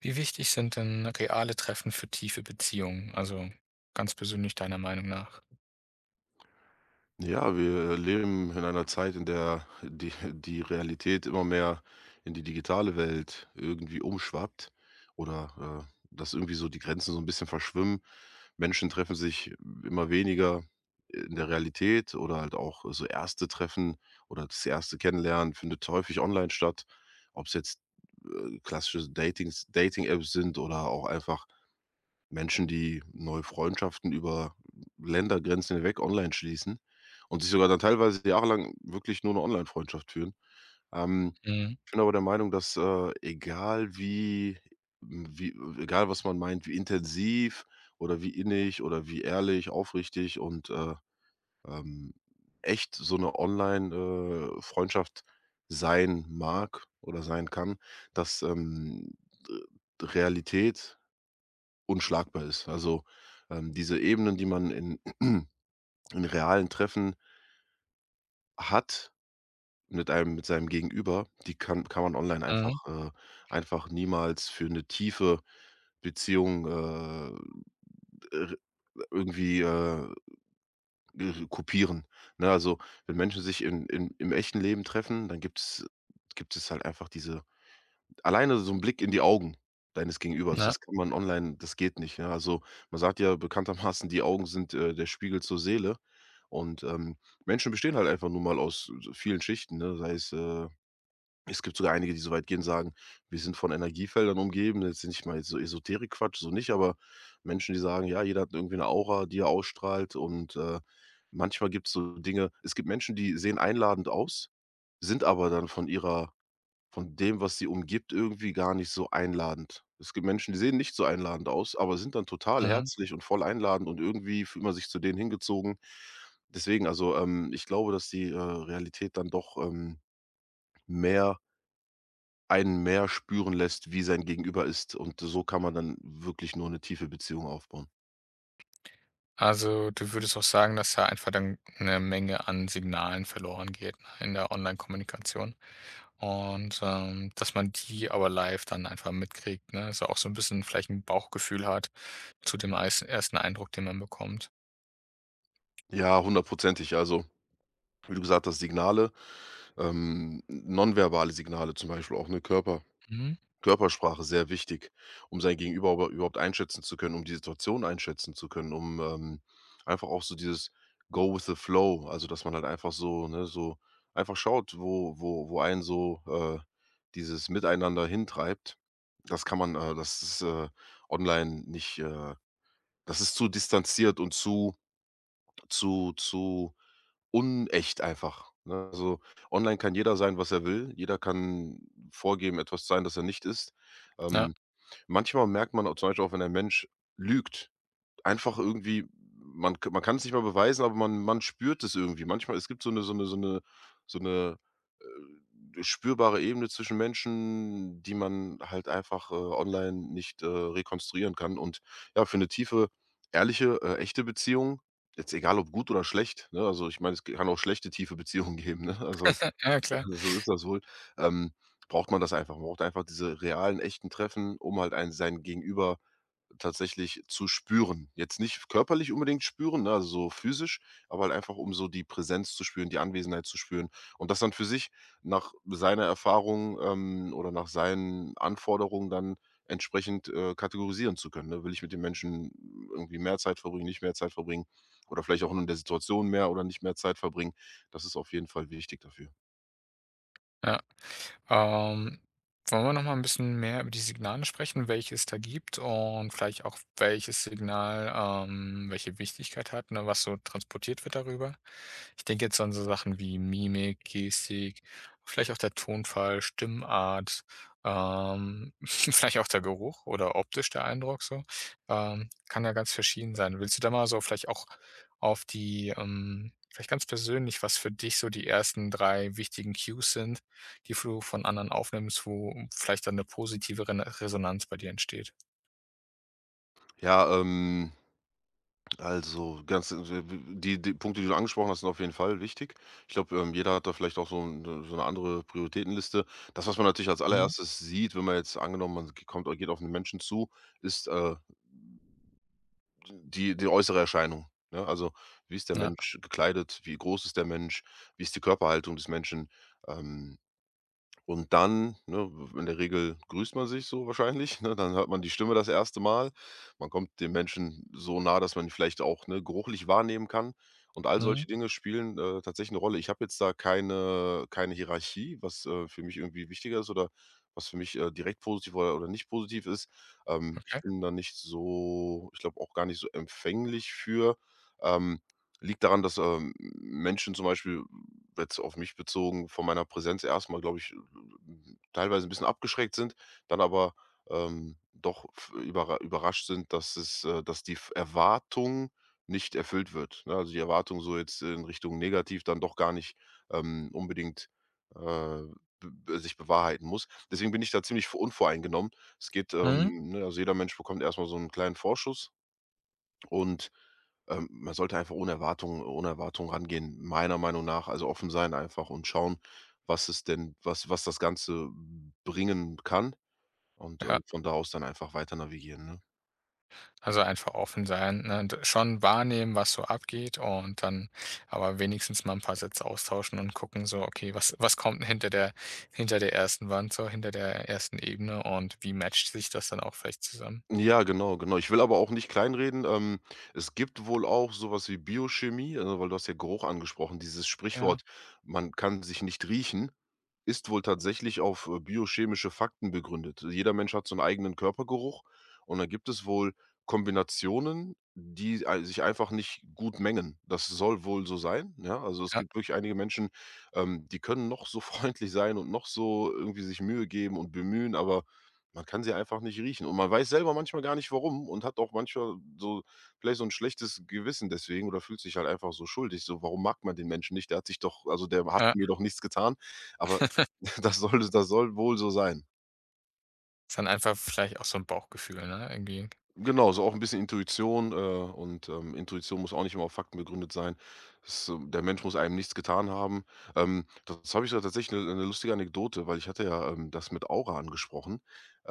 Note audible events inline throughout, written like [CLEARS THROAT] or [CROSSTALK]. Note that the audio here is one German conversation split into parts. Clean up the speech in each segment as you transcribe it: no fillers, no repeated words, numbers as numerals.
Wie wichtig sind denn reale Treffen für tiefe Beziehungen? Also, ganz persönlich deiner Meinung nach? Ja, wir leben in einer Zeit, in der die Realität immer mehr in die digitale Welt irgendwie umschwappt oder, dass irgendwie so die Grenzen so ein bisschen verschwimmen. Menschen treffen sich immer weniger in der Realität oder halt auch so erste Treffen oder das erste Kennenlernen findet häufig online statt, ob es jetzt, klassische Datings Dating-Apps sind oder auch einfach Menschen, die neue Freundschaften über Ländergrenzen hinweg online schließen und sich sogar dann teilweise jahrelang wirklich nur 'ne Online-Freundschaft führen. Ähm, Mhm, Ich bin aber der Meinung, dasswie egal was man meint, wie intensiv oder wie innig oder wie ehrlich, aufrichtig und, ähm, echt so 'ne Online- Freundschaft sein mag oder sein kann, dass, Realität unschlagbar ist. Also, diese Ebenen, die man in [CLEARS THROAT] in realen Treffen hat mit einem mit seinem Gegenüber, die kann man online einfach, mhm, niemals für eine tiefe Beziehung, r irgendwie, r kopieren, ne? Also, wenn Menschen sich in im echten Leben treffen, dann gibt es halt einfach diese, alleine so 'n Blick in die Augen deines Gegenübers, ja, das kann man online, das geht nicht, ja? Also, man sagt ja bekanntermaßen, die Augen sind, der Spiegel zur Seele und, ähm, Menschen bestehen halt einfach nun mal aus s vielen Schichten, ne? Es gibt sogar einige, die so weit gehen, sagen: „Wir sind von Energiefeldern umgeben.“ Jetzt nicht mal jetzt so Esoterik-Quatsch, so nicht, aber Menschen, die sagen: „Ja, jeder hat irgendwie 'ne Aura, die er ausstrahlt“ und, manchmal gibt's so Dinge Es gibt Menschen, die sehen einladend aus, sind aber dann von dem, was sie umgibt, irgendwie gar nicht so einladend. Es gibt Menschen, die sehen nicht so einladend aus, aber sind dann total mhm. herzlich und voll einladend, und irgendwie fühlt man sich zu denen hingezogen. Deswegen, also, ich glaube, dass die, Realität dann doch, mehr einen mehr spüren lässt, wie sein Gegenüber ist, und so kann man dann wirklich nur eine tiefe Beziehung aufbauen. Also, du würdest auch sagen, dass da einfach dann eine Menge an Signalen verloren geht, ne, in der Online-Kommunikation und dass man die aber live dann einfach mitkriegt, ne? Also, auch so ein bisschen vielleicht ein Bauchgefühl hat zu dem eis ersten Eindruck, den man bekommt. Ja, hundertprozentig. Also, wie du gesagt hast, Signale, nonverbale Signale, zum Beispiel auch eine Mhm. Körpersprache, sehr wichtig, um sein Gegenüber überhaupt einschätzen zu können, um die Situation einschätzen zu können, um, einfach auch so dieses Go with the Flow, also, dass man halt einfach so, ne, so einfach schaut, wo einen so, dieses Miteinander hintreibt. Das ist, online nicht, das ist zu distanziert und zu unecht einfach, ne? Also, online kann jeder sein, was er will. Jeder kann vorgeben, etwas sein, das er nicht ist. Ja, Ähm Manchmal merkt man auch zum Beispiel auch, wenn ein Mensch lügt, einfach irgendwie, man kann es nicht mal beweisen, aber man spürt es irgendwie. Manchmal, es gibt so eine so eine so eine so eine spürbare Ebene zwischen Menschen, die man halt einfach, online nicht, rekonstruieren kann. Und ja, für eine tiefe, ehrliche, echte Beziehung, jetzt egal ob gut oder schlecht, ne? Also, ich meine, es kann auch schlechte, tiefe Beziehungen [LAUGHS] geben, ne? Also ja, klar. [LAUGHS] so ist das wohl. Ähm, Braucht man das einfach. Man braucht einfach diese realen, echten Treffen, um halt ein sein Gegenüber tatsächlich zu spüren. Jetzt nicht körperlich unbedingt spüren, ne, also so physisch, aber halt einfach, um so die Präsenz zu spüren, die Anwesenheit zu spüren, und das dann für sich nach seiner Erfahrung, oder nach seinen Anforderungen dann entsprechend, kategorisieren zu können, ne? Will ich mit dem Menschen irgendwie mehr Zeit verbringen, nicht mehr Zeit verbringen oder vielleicht auch in der Situation mehr oder nicht mehr Zeit verbringen? Das ist auf jeden Fall wichtig dafür. Ja. Ähm, wollen wir noch mal ein bisschen mehr über die Signale sprechen, welche es da gibt und vielleicht auch welches Signal welche Wichtigkeit hat, ne, was so transportiert wird darüber? Ich denke jetzt an so Sachen wie Mimik, Gestik, vielleicht auch der Tonfall, Stimmart, [LAUGHS] vielleicht auch der Geruch oder optisch der Eindruck so. Kann ja ganz verschieden sein. Willst du da mal so vielleicht auch auf die, vielleicht ganz persönlich, was für dich so die ersten 3 wichtigen Cues sind, die du von anderen aufnimmst, wo vielleicht dann 'ne positive Ren Resonanz bei dir entsteht. Ja, also ganz die Punkte, die du angesprochen hast, sind auf jeden Fall wichtig. Ich glaube, jeder hat da vielleicht auch so 'n so 'ne andere Prioritätenliste. Das, was man natürlich als Mhm. Allererstes sieht, wenn man jetzt, angenommen, man ge- kommt geht auf einen Menschen zu, ist, die äußere Erscheinung, ne? Also, wie ist der Ja, Mensch gekleidet? Wie groß ist der Mensch? Wie ist die Körperhaltung des Menschen? Ähm, Und dann, ne, in der Regel grüßt man sich so wahrscheinlich, ne? Dann hört man die Stimme das erste Mal. Man kommt dem Menschen so nah, dass man ihn vielleicht auch, ne, geruchlich wahrnehmen kann. Und all mhm, solche Dinge spielen, tatsächlich eine Rolle. Ich habe jetzt da keine Hierarchie, was, für mich irgendwie wichtiger ist, oder was für mich, direkt positiv oder nicht positiv ist. Ich okay, bin da nicht so, ich glaube auch gar nicht so empfänglich für. Ähm, Liegt daran, dass, Menschen, zum Beispiel jetzt auf mich bezogen, von meiner Präsenz erstmal, glaube ich, teilweise ein bisschen abgeschreckt sind, dann aber, doch f überra überrascht sind, dass die F Erwartung nicht erfüllt wird, ne? Also, die Erwartung so jetzt in Richtung negativ, dann doch gar nicht, unbedingt, äh, sich bewahrheiten muss. Deswegen bin ich da ziemlich unvoreingenommen. Es geht, mhm, ähm, ne, also jeder Mensch bekommt erstmal so einen kleinen Vorschuss, und man sollte einfach ohne Erwartungen rangehen, meiner Meinung nach. Also offen sein einfach und schauen, was es denn was was das Ganze bringen kann, und, ja. von da aus dann einfach weiter navigieren, ne? Also, einfach offen sein, ne, und schon wahrnehmen, was so abgeht und dann aber wenigstens mal 'n paar Sätze austauschen und gucken so: „Okay, was was kommt denn hinter der ersten Wand so, hinter der ersten Ebene und wie matcht sich das dann auch vielleicht zusammen?“ Ja, genau, genau. Ich will aber auch nicht kleinreden. Es gibt wohl auch sowas wie Biochemie, weil du hast ja Geruch angesprochen, dieses Ja. Sprichwort: „Man kann sich nicht riechen.“ Ist wohl tatsächlich auf, biochemische Fakten begründet. Jeder Mensch hat so 'n eigenen Körpergeruch, und dann gibt es wohl Kombinationen, die ei sich einfach nicht gut mengen. Das soll wohl so sein, ja? Also, es Ja, gibt wirklich einige Menschen, die können noch so [LAUGHS] freundlich sein und noch so irgendwie sich Mühe geben und bemühen, aber man kann sie einfach nicht riechen. Und man weiß selber manchmal gar nicht warum und hat auch manchmal so vielleicht so ein schlechtes Gewissen deswegen oder fühlt sich halt einfach so schuldig. So: „Warum mag man den Menschen nicht? Der hat sich doch, also, der hat ja, mir doch nichts getan.“ Aber [LAUGHS] das soll wohl so sein. ist dann einfach vielleicht auch so 'n Bauchgefühl, ne, irgendwie. Genau, so auch ein bisschen Intuition, und Intuition muss auch nicht immer auf Fakten begründet sein. Es Der Mensch muss einem nichts getan haben. Das habe ich so tatsächlich, eine lustige Anekdote, weil ich hatte ja, das mit Aura angesprochen.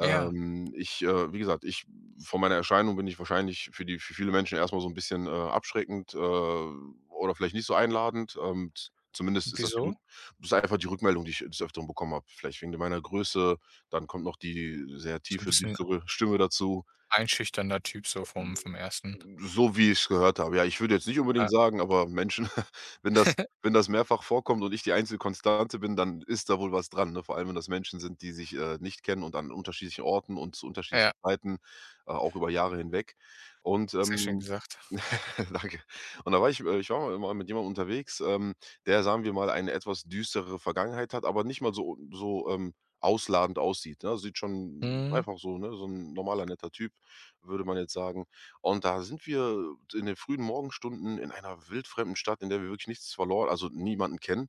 Ja, ich, äh Wie gesagt, ich von meiner Erscheinung bin ich wahrscheinlich für viele Menschen erstmal so ein bisschen, abschreckend, oder vielleicht nicht so einladend. Z zumindest ist das die wieso? Rück Das ist einfach die Rückmeldung, die ich des Öfteren bekommen habe. Vielleicht wegen meiner Größe, dann kommt noch die sehr So 'n tiefe, bisschen düstere Stimme dazu. einschüchternder Typ so vom Ersten. So wie ich's gehört habe. Ja, ich würde jetzt nicht unbedingt sagen, aber Menschen, [LAUGHS] wenn das wenn das mehrfach vorkommt und ich die einzige Konstante bin, dann ist da wohl was dran, ne? Vor allem, wenn das Menschen sind, die sich, nicht kennen und an unterschiedlichen Orten und zu unterschiedlichen Ja, Zeiten, auch über Jahre hinweg. Und, sehr schön ähm gesagt. [LAUGHS] Danke. Und da war ich war mal mit jemandem unterwegs, der, sagen wir mal, eine etwas düstere Vergangenheit hat, aber nicht mal so ausladend aussieht, ne? Sieht schon Mhm, einfach so, ne, so ein normaler, netter Typ, würde man jetzt sagen. Und da sind wir in den frühen Morgenstunden in einer wildfremden Stadt, in der wir wirklich nichts verloren, also niemanden kennen,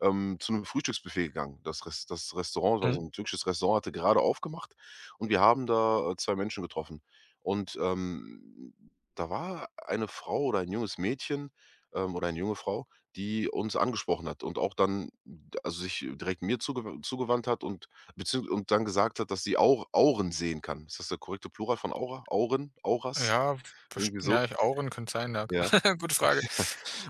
ähm, zu einem Frühstücksbuffet gegangen. Das Restaurant war mhm. so ein türkisches Restaurant, hatte gerade aufgemacht, und wir haben da, zwei Menschen getroffen. Und, da war eine Frau oder ein junges Mädchen, oder eine junge Frau, die uns angesprochen hat und auch dann, also, sich direkt mir zugewandt hat und dann gesagt hat, dass sie auch Auren sehen kann. Ist das der korrekte Plural von Aura? Auren? Auras? Ja, best Irgendwie so, ja, ich Auren könnte sein, ja. ja. [LAUGHS] Gute Frage.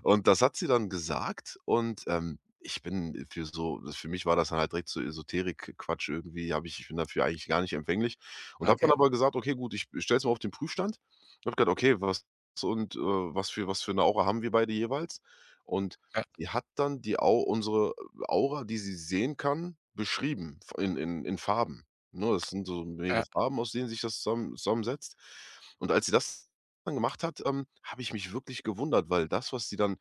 Und das hat sie dann gesagt, und, ich bin für mich war das dann halt direkt so Esoterik-Quatsch irgendwie, habe ich ich bin dafür eigentlich gar nicht empfänglich, und habe dann Okay, aber gesagt: „Okay, gut, ich stelle es mal auf den Prüfstand.“ Ich habe gesagt: „Okay, was und, was für 'ne Aura haben wir beide jeweils?“ Und ja, sie hat dann die Au unsere Aura, die sie sehen kann, beschrieben, f in Farben, ne? Das sind so mehrere ja, Farben, aus denen sich das zusammensetzt. Und als sie das dann gemacht hat, habe ich mich wirklich gewundert, weil das, was sie dann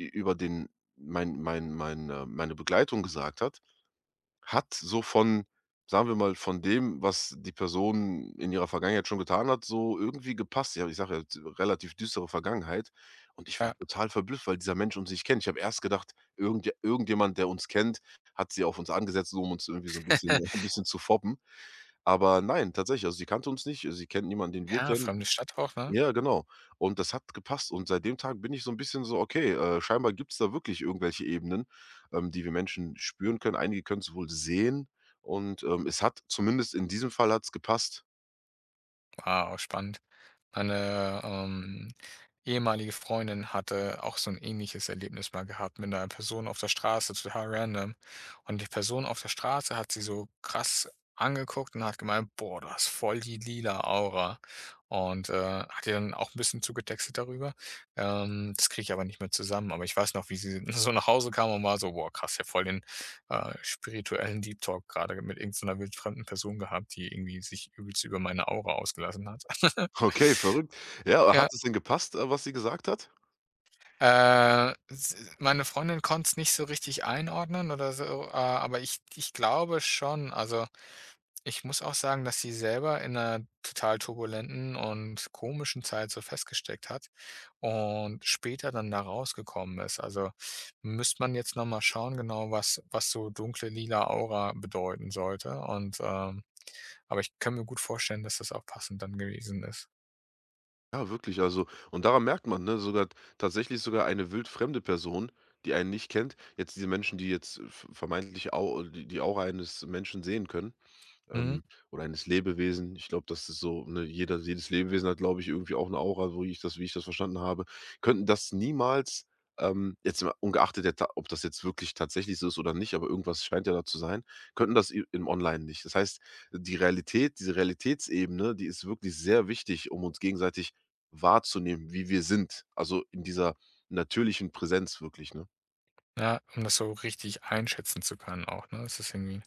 ü über den meine Begleitung gesagt hat, hat so von sagen wir mal, von dem, was die Person in ihrer Vergangenheit schon getan hat, so irgendwie gepasst. Ja, ich sage ja, d relativ düstere Vergangenheit, und ich war ja. total verblüfft, weil dieser Mensch uns nicht kennt. Ich habe erst gedacht, irgendjemand, der uns kennt, hat sie auf uns angesetzt, so um uns irgendwie so ein bisschen [LAUGHS] ein [LAUGHS] bisschen zu foppen. Aber nein, tatsächlich, also sie kannte uns nicht, sie kennt niemanden, den wir Ja, kennen. fremde Stadt auch, ne? Ja, genau. Und das hat gepasst. Und seit dem Tag bin ich so ein bisschen so: „Okay, scheinbar gibt's da wirklich irgendwelche Ebenen, die wir Menschen spüren können.“ Einige können es wohl sehen, und es hat zumindest in diesem Fall hat's gepasst. Wow, spannend. Meine ehemalige Freundin hatte auch so ein ähnliches Erlebnis mal gehabt mit einer Person auf der Straße, total random. Und die Person auf der Straße hat sie so krass angeguckt und hat gemeint: „Boah, du hast voll die lila Aura.“ Und hat ihr dann auch ein bisschen zugetextet darüber. Das kriege ich aber nicht mehr zusammen, aber ich weiß noch, wie sie [LAUGHS] so nach Hause kam und war so: „Boah, krass, ich voll den spirituellen Deep Talk gerade mit irgendeiner wildfremden Person gehabt, die irgendwie sich übelst über meine Aura ausgelassen hat.“ [LAUGHS] [LAUGHS] Okay, verrückt. Ja, Ja, hat es denn gepasst, was sie gesagt hat? S meine Freundin konnte es nicht so richtig einordnen oder so aber ich glaube schon. Also, ich muss auch sagen, dass sie selber in einer total turbulenten und komischen Zeit so festgesteckt hat und später dann da rausgekommen ist. Also, müsste man jetzt noch mal schauen genau, was so dunkle lila Aura bedeuten sollte und, aber ich kann mir gut vorstellen, dass das auch passend dann gewesen ist. Ja, wirklich, also und daran merkt man, ne, sogar tatsächlich sogar eine wildfremde Person, die einen nicht kennt, jetzt diese Menschen, die jetzt v vermeintlich au die Aura eines Menschen sehen können, Mhm. ähm, oder eines Lebewesen. Ich glaube, das ist so, ne, jeder jedes Lebewesen hat, glaube ich, irgendwie auch eine Aura, so wie ich das verstanden habe, könnten das niemals, jetzt mal ungeachtet der Ta ob das jetzt wirklich tatsächlich so ist oder nicht, aber irgendwas scheint ja da zu sein, könnten das i im Online nicht. Das heißt, die Realität, diese Realitätsebene, die ist wirklich sehr wichtig, um uns gegenseitig wahrzunehmen, wie wir sind, also in dieser natürlichen Präsenz wirklich, ne? Ja, um das so richtig einschätzen zu können auch, ne? Das ist irgendwie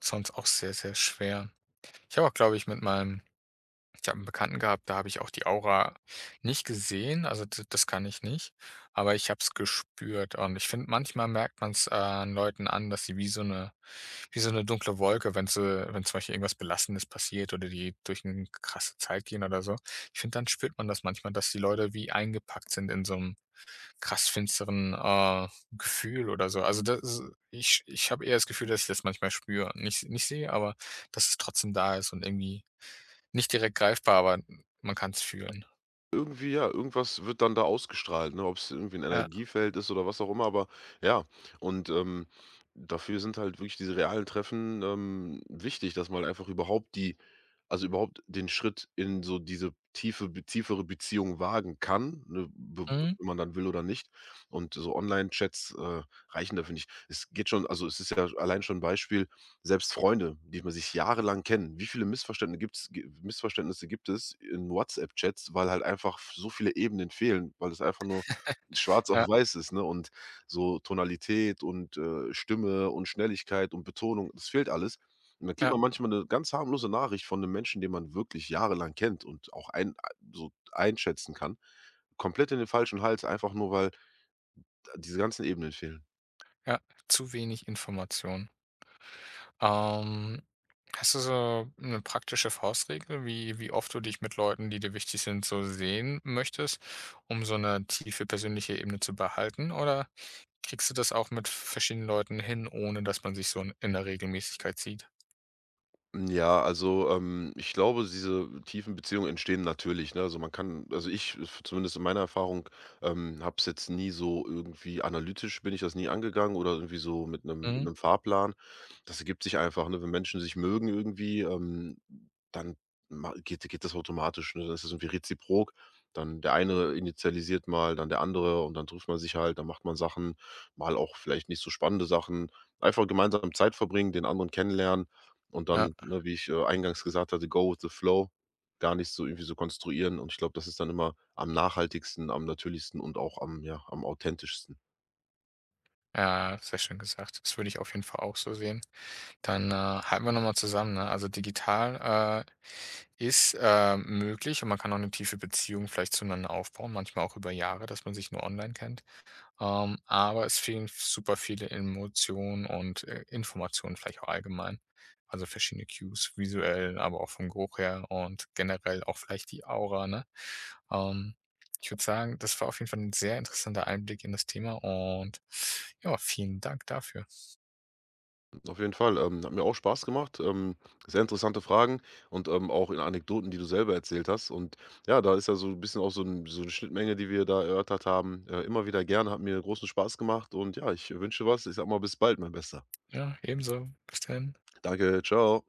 sonst auch sehr, sehr schwer. Ich habe auch, glaube ich, mit meinem ich habe einen Bekannten gehabt, da habe ich auch die Aura nicht gesehen, also d das kann ich nicht, aber ich habe es gespürt und ich finde, manchmal merkt man's an Leuten an, dass sie wie so eine dunkle Wolke, wenn sie wenn zum Beispiel irgendwas Belastendes passiert oder die durch eine krasse Zeit gehen oder so. Ich finde, dann spürt man das manchmal, dass die Leute wie eingepackt sind in so 'm krass finsteren Gefühl oder so. Also, das ist ich habe eher das Gefühl, dass ich das manchmal spüre. Nicht sehe, aber dass es trotzdem da ist und irgendwie nicht direkt greifbar, aber man kann es fühlen. Irgendwie ja, irgendwas wird dann da ausgestrahlt, ne? Ob es irgendwie ein Ja, Energiefeld ist oder was auch immer, aber ja. Und, dafür sind halt wirklich diese realen Treffen, wichtig, dass man einfach überhaupt die also überhaupt den Schritt in so diese tiefere Beziehung wagen kann, ne, be mhm. wenn man dann will oder nicht. Und so Online-Chats, reichen dafür nicht. Es geht schon, also, es ist ja allein schon 'n Beispiel, selbst Freunde, die man sich jahrelang kennt. Wie viele Missverständnisse gibt's gi Missverständnisse gibt es in WhatsApp-Chats, weil halt einfach so viele Ebenen fehlen, weil es einfach nur schwarz auf Ja, weiß ist, ne? Und so Tonalität und, Stimme und Schnelligkeit und Betonung, das fehlt alles. Und dann kriegt ja, man manchmal eine ganz harmlose Nachricht von einem Menschen, den man wirklich jahrelang kennt und auch ein so einschätzen kann, komplett in den falschen Hals, einfach nur, weil diese ganzen Ebenen fehlen. ja. Zu wenig Information. Ähm, hast du so eine praktische Faustregel, wie oft du dich mit Leuten, die dir wichtig sind, so sehen möchtest, um so eine tiefe persönliche Ebene zu behalten? Oder kriegst du das auch mit verschiedenen Leuten hin, ohne dass man sich so in der Regelmäßigkeit sieht? Hm, ja, also, ich glaube, diese tiefen Beziehungen entstehen natürlich, ne? Also, man kann, also, zumindest in meiner Erfahrung, habe es jetzt nie so irgendwie analytisch bin ich das nie angegangen oder irgendwie so mit Mhm. 'nem Fahrplan. Das ergibt sich einfach, ne? Wenn Menschen sich mögen irgendwie, dann ma geht geht das automatisch, ne? Das ist das irgendwie reziprok. Dann der eine initialisiert mal, dann der andere, und dann trifft man sich halt, dann macht man Sachen, mal auch vielleicht nicht so spannende Sachen. Einfach gemeinsam Zeit verbringen, den anderen kennenlernen. Und Ja, dann, ne, wie ich, eingangs gesagt hatte, go with the flow, gar nicht so irgendwie so konstruieren, und ich glaube, das ist dann immer am nachhaltigsten, am natürlichsten und auch am ja, am authentischsten. ja, sehr schön gesagt. Das würde ich auf jeden Fall auch so sehen. Dann halten wir noch mal zusammen, ne? Also, digital ist möglich und man kann auch eine tiefe Beziehung vielleicht zueinander aufbauen, manchmal auch über Jahre, dass man sich nur online kennt. Aber es fehlen super viele Emotionen und Informationen vielleicht auch allgemein. Also, verschiedene Cues, visuell, aber auch vom Geruch her und generell auch vielleicht die Aura, ne? Ähm, ich würde sagen, das war auf jeden Fall ein sehr interessanter Einblick in das Thema und ja, vielen Dank dafür. Auf jeden Fall, hat mir auch Spaß gemacht, sehr interessante Fragen und, auch in Anekdoten, die du selber erzählt hast, und ja, da ist ja so ein bisschen auch so 'n so 'ne Schnittmenge, die wir da erörtert haben. Immer wieder gerne, hat mir großen Spaß gemacht, und ja, ich wünsche was. Ich sag mal bis bald, mein Bester. Ja, ebenso. Bis dann. Danke, ciao.